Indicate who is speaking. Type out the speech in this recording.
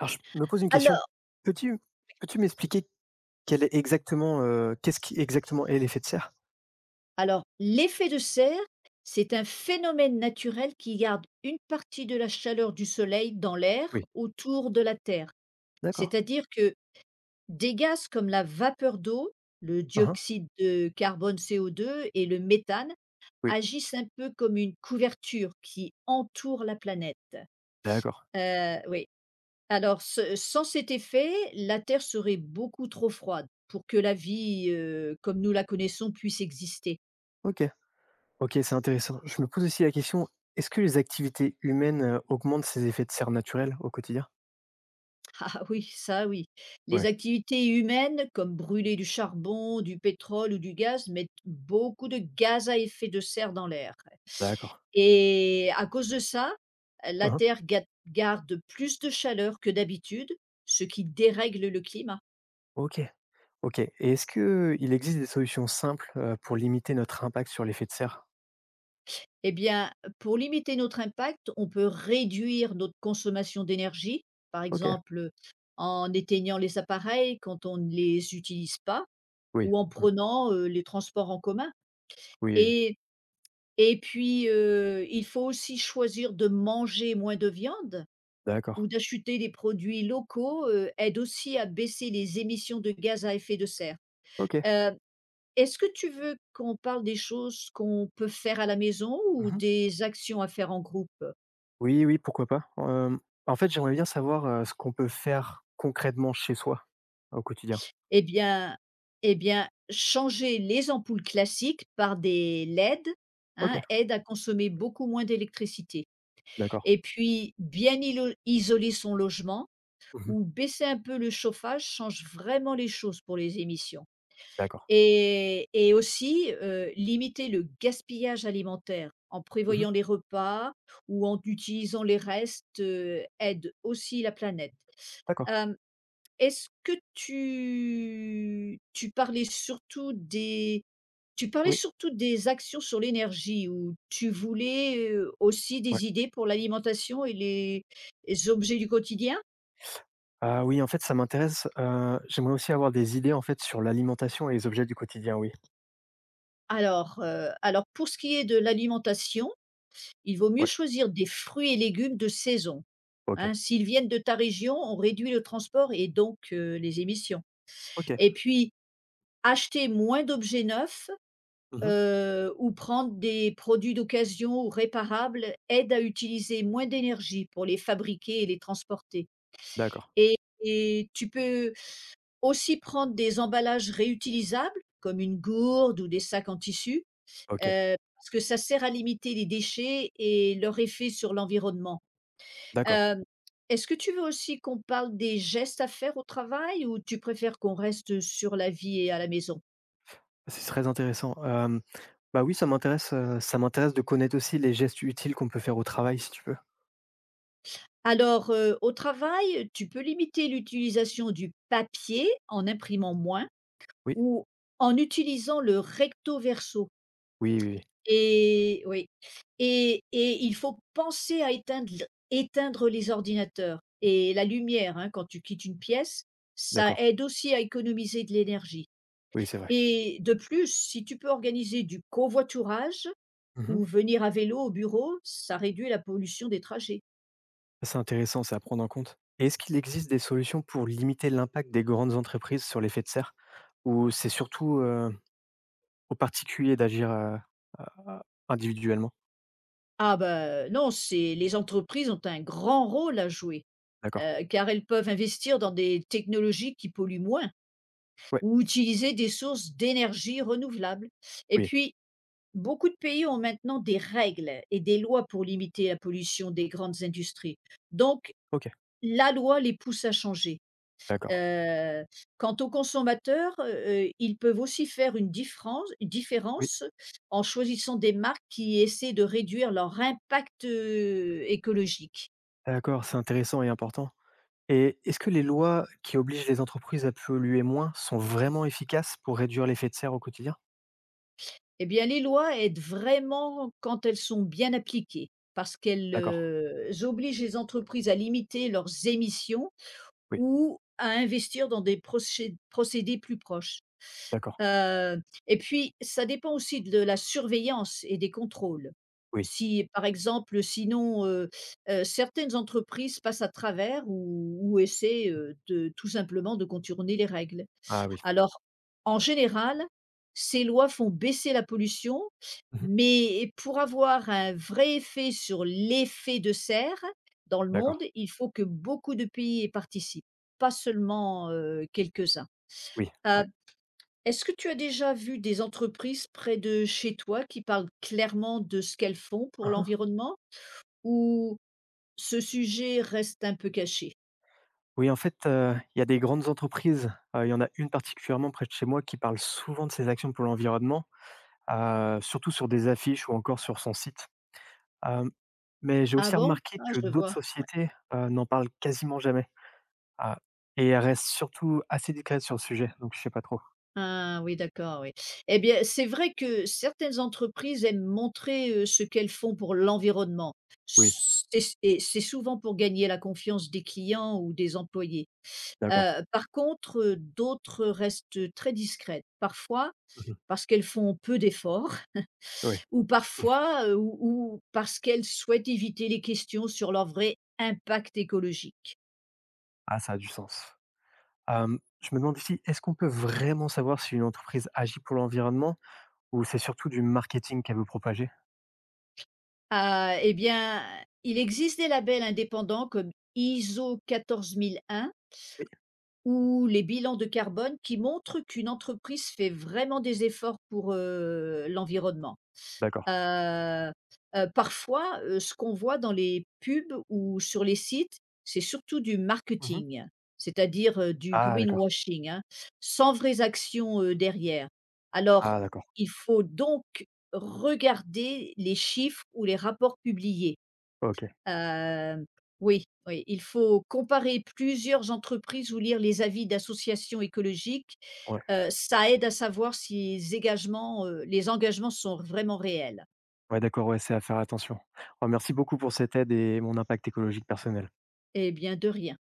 Speaker 1: Alors je me pose une question.
Speaker 2: Alors
Speaker 1: Peux-tu peux-tu m'expliquer quel est exactement, qu'est-ce qui exactement est l'effet de serre?
Speaker 2: alors, l'effet de serre, c'est un phénomène naturel qui garde une partie de la chaleur du soleil dans l'air
Speaker 1: Oui.
Speaker 2: autour de la Terre.
Speaker 1: D'accord.
Speaker 2: C'est-à-dire que des gaz comme la vapeur d'eau, le
Speaker 1: Hein hein.
Speaker 2: dioxyde de carbone CO2 et le méthane
Speaker 1: Oui,
Speaker 2: agissent un peu comme une couverture qui entoure la planète.
Speaker 1: d'accord.
Speaker 2: Oui. Alors ce sans cet effet, la Terre serait beaucoup trop froide pour que la vie, comme nous la connaissons puisse exister.
Speaker 1: OK. OK, c'est intéressant. Je me pose aussi la question, est-ce que les activités humaines, augmentent ces effets de serre naturels au quotidien?
Speaker 2: Ah oui, ça oui. Les
Speaker 1: Oui,
Speaker 2: activités humaines, comme brûler du charbon, du pétrole ou du gaz, mettent beaucoup de gaz à effet de serre dans l'air.
Speaker 1: d'accord.
Speaker 2: Et à cause de ça,
Speaker 1: Hein
Speaker 2: la
Speaker 1: hein.
Speaker 2: Terre garde plus de chaleur que d'habitude, ce qui dérègle le climat.
Speaker 1: OK, OK, et est-ce que il existe des solutions simples, pour limiter notre impact sur l'effet de serre?
Speaker 2: Eh bien, pour limiter notre impact, on peut réduire notre consommation d'énergie, par
Speaker 1: OK.
Speaker 2: exemple en éteignant les appareils quand on ne les utilise pas
Speaker 1: Oui,
Speaker 2: ou en
Speaker 1: mmh,
Speaker 2: prenant les transports en commun.
Speaker 1: oui, oui,
Speaker 2: Et Et puis, il faut aussi choisir de manger moins de viande
Speaker 1: d'accord.
Speaker 2: ou d'acheter des produits locaux, aide aussi à baisser les émissions de gaz à effet de serre.
Speaker 1: OK.
Speaker 2: Heu, est-ce que tu veux qu'on parle des choses qu'on peut faire à la maison ou
Speaker 1: Mmh.
Speaker 2: des actions à faire en groupe?
Speaker 1: Oui, oui, pourquoi pas. En fait, j'aimerais bien savoir, ce qu'on peut faire concrètement chez soi, au quotidien.
Speaker 2: Eh bien eh bien, changer les ampoules classiques par des LED, hein,
Speaker 1: OK,
Speaker 2: aide à consommer beaucoup moins d'électricité.
Speaker 1: d'accord.
Speaker 2: Et puis bien ilo isoler son logement
Speaker 1: Mmh.
Speaker 2: ou baisser un peu le chauffage change vraiment les choses pour les émissions.
Speaker 1: D'accord.
Speaker 2: Et aussi, limiter le gaspillage alimentaire en
Speaker 1: Mmh.
Speaker 2: prévoyant les repas ou en utilisant les restes, aide aussi la planète.
Speaker 1: D'accord.
Speaker 2: Hem, est-ce que tu tu parlais surtout des tu parlais
Speaker 1: Oui,
Speaker 2: surtout des actions sur l'énergie ou tu voulais, aussi
Speaker 1: ouais.
Speaker 2: des idées pour l'alimentation et les objets du quotidien?
Speaker 1: Ah oui, en fait, ça m'intéresse, j'aimerais aussi avoir des idées, en fait, sur l'alimentation et les objets du quotidien, oui.
Speaker 2: Alors, pour ce qui est de l'alimentation, il vaut mieux
Speaker 1: Ouais.
Speaker 2: choisir des fruits et légumes de saison,
Speaker 1: OK.
Speaker 2: hein. S'ils viennent de ta région, on réduit le transport et donc, les émissions,
Speaker 1: OK.
Speaker 2: et puis acheter moins d'objets neufs,
Speaker 1: Mmh.
Speaker 2: ou prendre des produits d'occasion ou réparables aide à utiliser moins d'énergie pour les fabriquer et les transporter,
Speaker 1: D'accord.
Speaker 2: et tu peux aussi prendre des emballages réutilisables, comme une gourde ou des sacs en tissu,
Speaker 1: OK.
Speaker 2: parce que ça sert à limiter les déchets et leur effet sur l'environnement.
Speaker 1: D'accord.
Speaker 2: Hem, est-ce que tu veux aussi qu'on parle des gestes à faire au travail ou tu préfères qu'on reste sur la vie et à la maison?
Speaker 1: C'est très intéressant. Bah, oui, ça m'intéresse, ça m'intéresse de connaître aussi les gestes utiles qu'on peut faire au travail, si tu peux.
Speaker 2: Alors, au travail, tu peux limiter l'utilisation du papier en imprimant moins
Speaker 1: Oui.
Speaker 2: ou en utilisant le recto verso.
Speaker 1: Oui, oui, oui.
Speaker 2: Et oui, et il faut penser à éteindre les ordinateurs et la lumière, hein, quand tu quittes une pièce. Ça
Speaker 1: D'accord.
Speaker 2: aide aussi à économiser de l'énergie,
Speaker 1: Oui, c'est vrai.
Speaker 2: et de plus, si tu peux organiser du covoiturage
Speaker 1: Mmh.
Speaker 2: ou venir à vélo au bureau, ça réduit la pollution des trajets.
Speaker 1: C'est intéressant, c'est à prendre en compte. Et est-ce qu'il existe des solutions pour limiter l'impact des grandes entreprises sur l'effet de serre, ou c'est surtout, aux particuliers d'agir, a individuellement?
Speaker 2: Ah ben non, c'est les entreprises ont un grand rôle à jouer,
Speaker 1: D'accord.
Speaker 2: car elles peuvent investir dans des technologies qui polluent moins
Speaker 1: Ouais,
Speaker 2: ou utiliser des sources d'énergie renouvelables, et
Speaker 1: oui,
Speaker 2: puis beaucoup de pays ont maintenant des règles et des lois pour limiter la pollution des grandes industries. Donc,
Speaker 1: OK,
Speaker 2: la loi les pousse à changer.
Speaker 1: d'accord.
Speaker 2: Heu, quant aux consommateurs, ils peuvent aussi faire une diffrance
Speaker 1: Oui,
Speaker 2: différence en choisissant des marques qui essaient de réduire leur impact, écologique.
Speaker 1: d'accord, c'est intéressant et important. Et est-ce que les lois qui obligent les entreprises à polluer moins sont vraiment efficaces pour réduire l'effet de serre au quotidien?
Speaker 2: Eh bien, les lois aident vraiment quand elles sont bien appliquées parce qu'elles,
Speaker 1: D'accord,
Speaker 2: obligent les entreprises à limiter leurs émissions
Speaker 1: oui,
Speaker 2: ou à investir dans des procédés plus proches.
Speaker 1: d'accord,
Speaker 2: Heu et puis ça dépend aussi de la surveillance et des contrôles.
Speaker 1: oui.
Speaker 2: Si, par exemple, sinon, certaines entreprises passent à travers ou essaient, de tout simplement de contourner les règles.
Speaker 1: Ah oui.
Speaker 2: Alors, en général, ces lois font baisser la pollution,
Speaker 1: Mmh.
Speaker 2: mais pour avoir un vrai effet sur l'effet de serre dans le
Speaker 1: D'accord,
Speaker 2: monde, il faut que beaucoup de pays y participent, pas seulement, quelques-uns.
Speaker 1: oui,
Speaker 2: Heu,
Speaker 1: ouais.
Speaker 2: est-ce que tu as déjà vu des entreprises près de chez toi qui parlent clairement de ce qu'elles font pour
Speaker 1: Mmh.
Speaker 2: l'environnement ou ce sujet reste un peu caché?
Speaker 1: Oui, en fait, il y a des grandes entreprises, il y en a une particulièrement près de chez moi qui parle souvent de ses actions pour l'environnement, surtout sur des affiches ou encore sur son site. Hem, mais j'ai
Speaker 2: Ah
Speaker 1: aussi
Speaker 2: bon?
Speaker 1: remarqué
Speaker 2: Ah,
Speaker 1: que
Speaker 2: je
Speaker 1: d'autres
Speaker 2: vois, ouais.
Speaker 1: sociétés, n'en parlent quasiment jamais. Ah, et elles restent surtout assez discrètes sur le sujet, donc je sais pas trop.
Speaker 2: Ah oui, d'accord, oui. Eh bien, c'est vrai que certaines entreprises aiment montrer, ce qu'elles font pour l'environnement.
Speaker 1: Oui,
Speaker 2: C'est et c'est souvent pour gagner la confiance des clients ou des employés.
Speaker 1: d'accord.
Speaker 2: Par contre, d'autres restent très discrètes, parfois
Speaker 1: Mmh.
Speaker 2: parce qu'elles font peu d'efforts
Speaker 1: Oui.
Speaker 2: ou parfois, ou parce qu'elles souhaitent éviter les questions sur leur vrai impact écologique.
Speaker 1: Ah, ça a du sens. Je me demande aussi, est-ce qu'on peut vraiment savoir si une entreprise agit pour l'environnement, ou c'est surtout du marketing qu'elle veut propager?
Speaker 2: Ah, eh bien, il existe des labels indépendants comme ISO 14001
Speaker 1: Oui,
Speaker 2: ou les bilans de carbone qui montrent qu'une entreprise fait vraiment des efforts pour, l'environnement.
Speaker 1: d'accord.
Speaker 2: Heu parfois, ce qu'on voit dans les pubs ou sur les sites, c'est surtout du
Speaker 1: Mmh.
Speaker 2: marketing, c'est-à-dire, du
Speaker 1: Ah d'accord.
Speaker 2: greenwashing, hein, sans vraies actions, derrière. Alors
Speaker 1: Ah d'accord.
Speaker 2: il faut donc regarder les chiffres ou les rapports publiés.
Speaker 1: OK,
Speaker 2: Heu, oui, oui, il faut comparer plusieurs entreprises ou lire les avis d'associations écologiques.
Speaker 1: ouais.
Speaker 2: Ça aide à savoir si les engagements sont vraiment réels.
Speaker 1: Ouais, d'accord, ouais, c'est à faire attention. Oh, merci beaucoup pour cette aide et mon impact écologique personnel.
Speaker 2: Eh bien, de rien.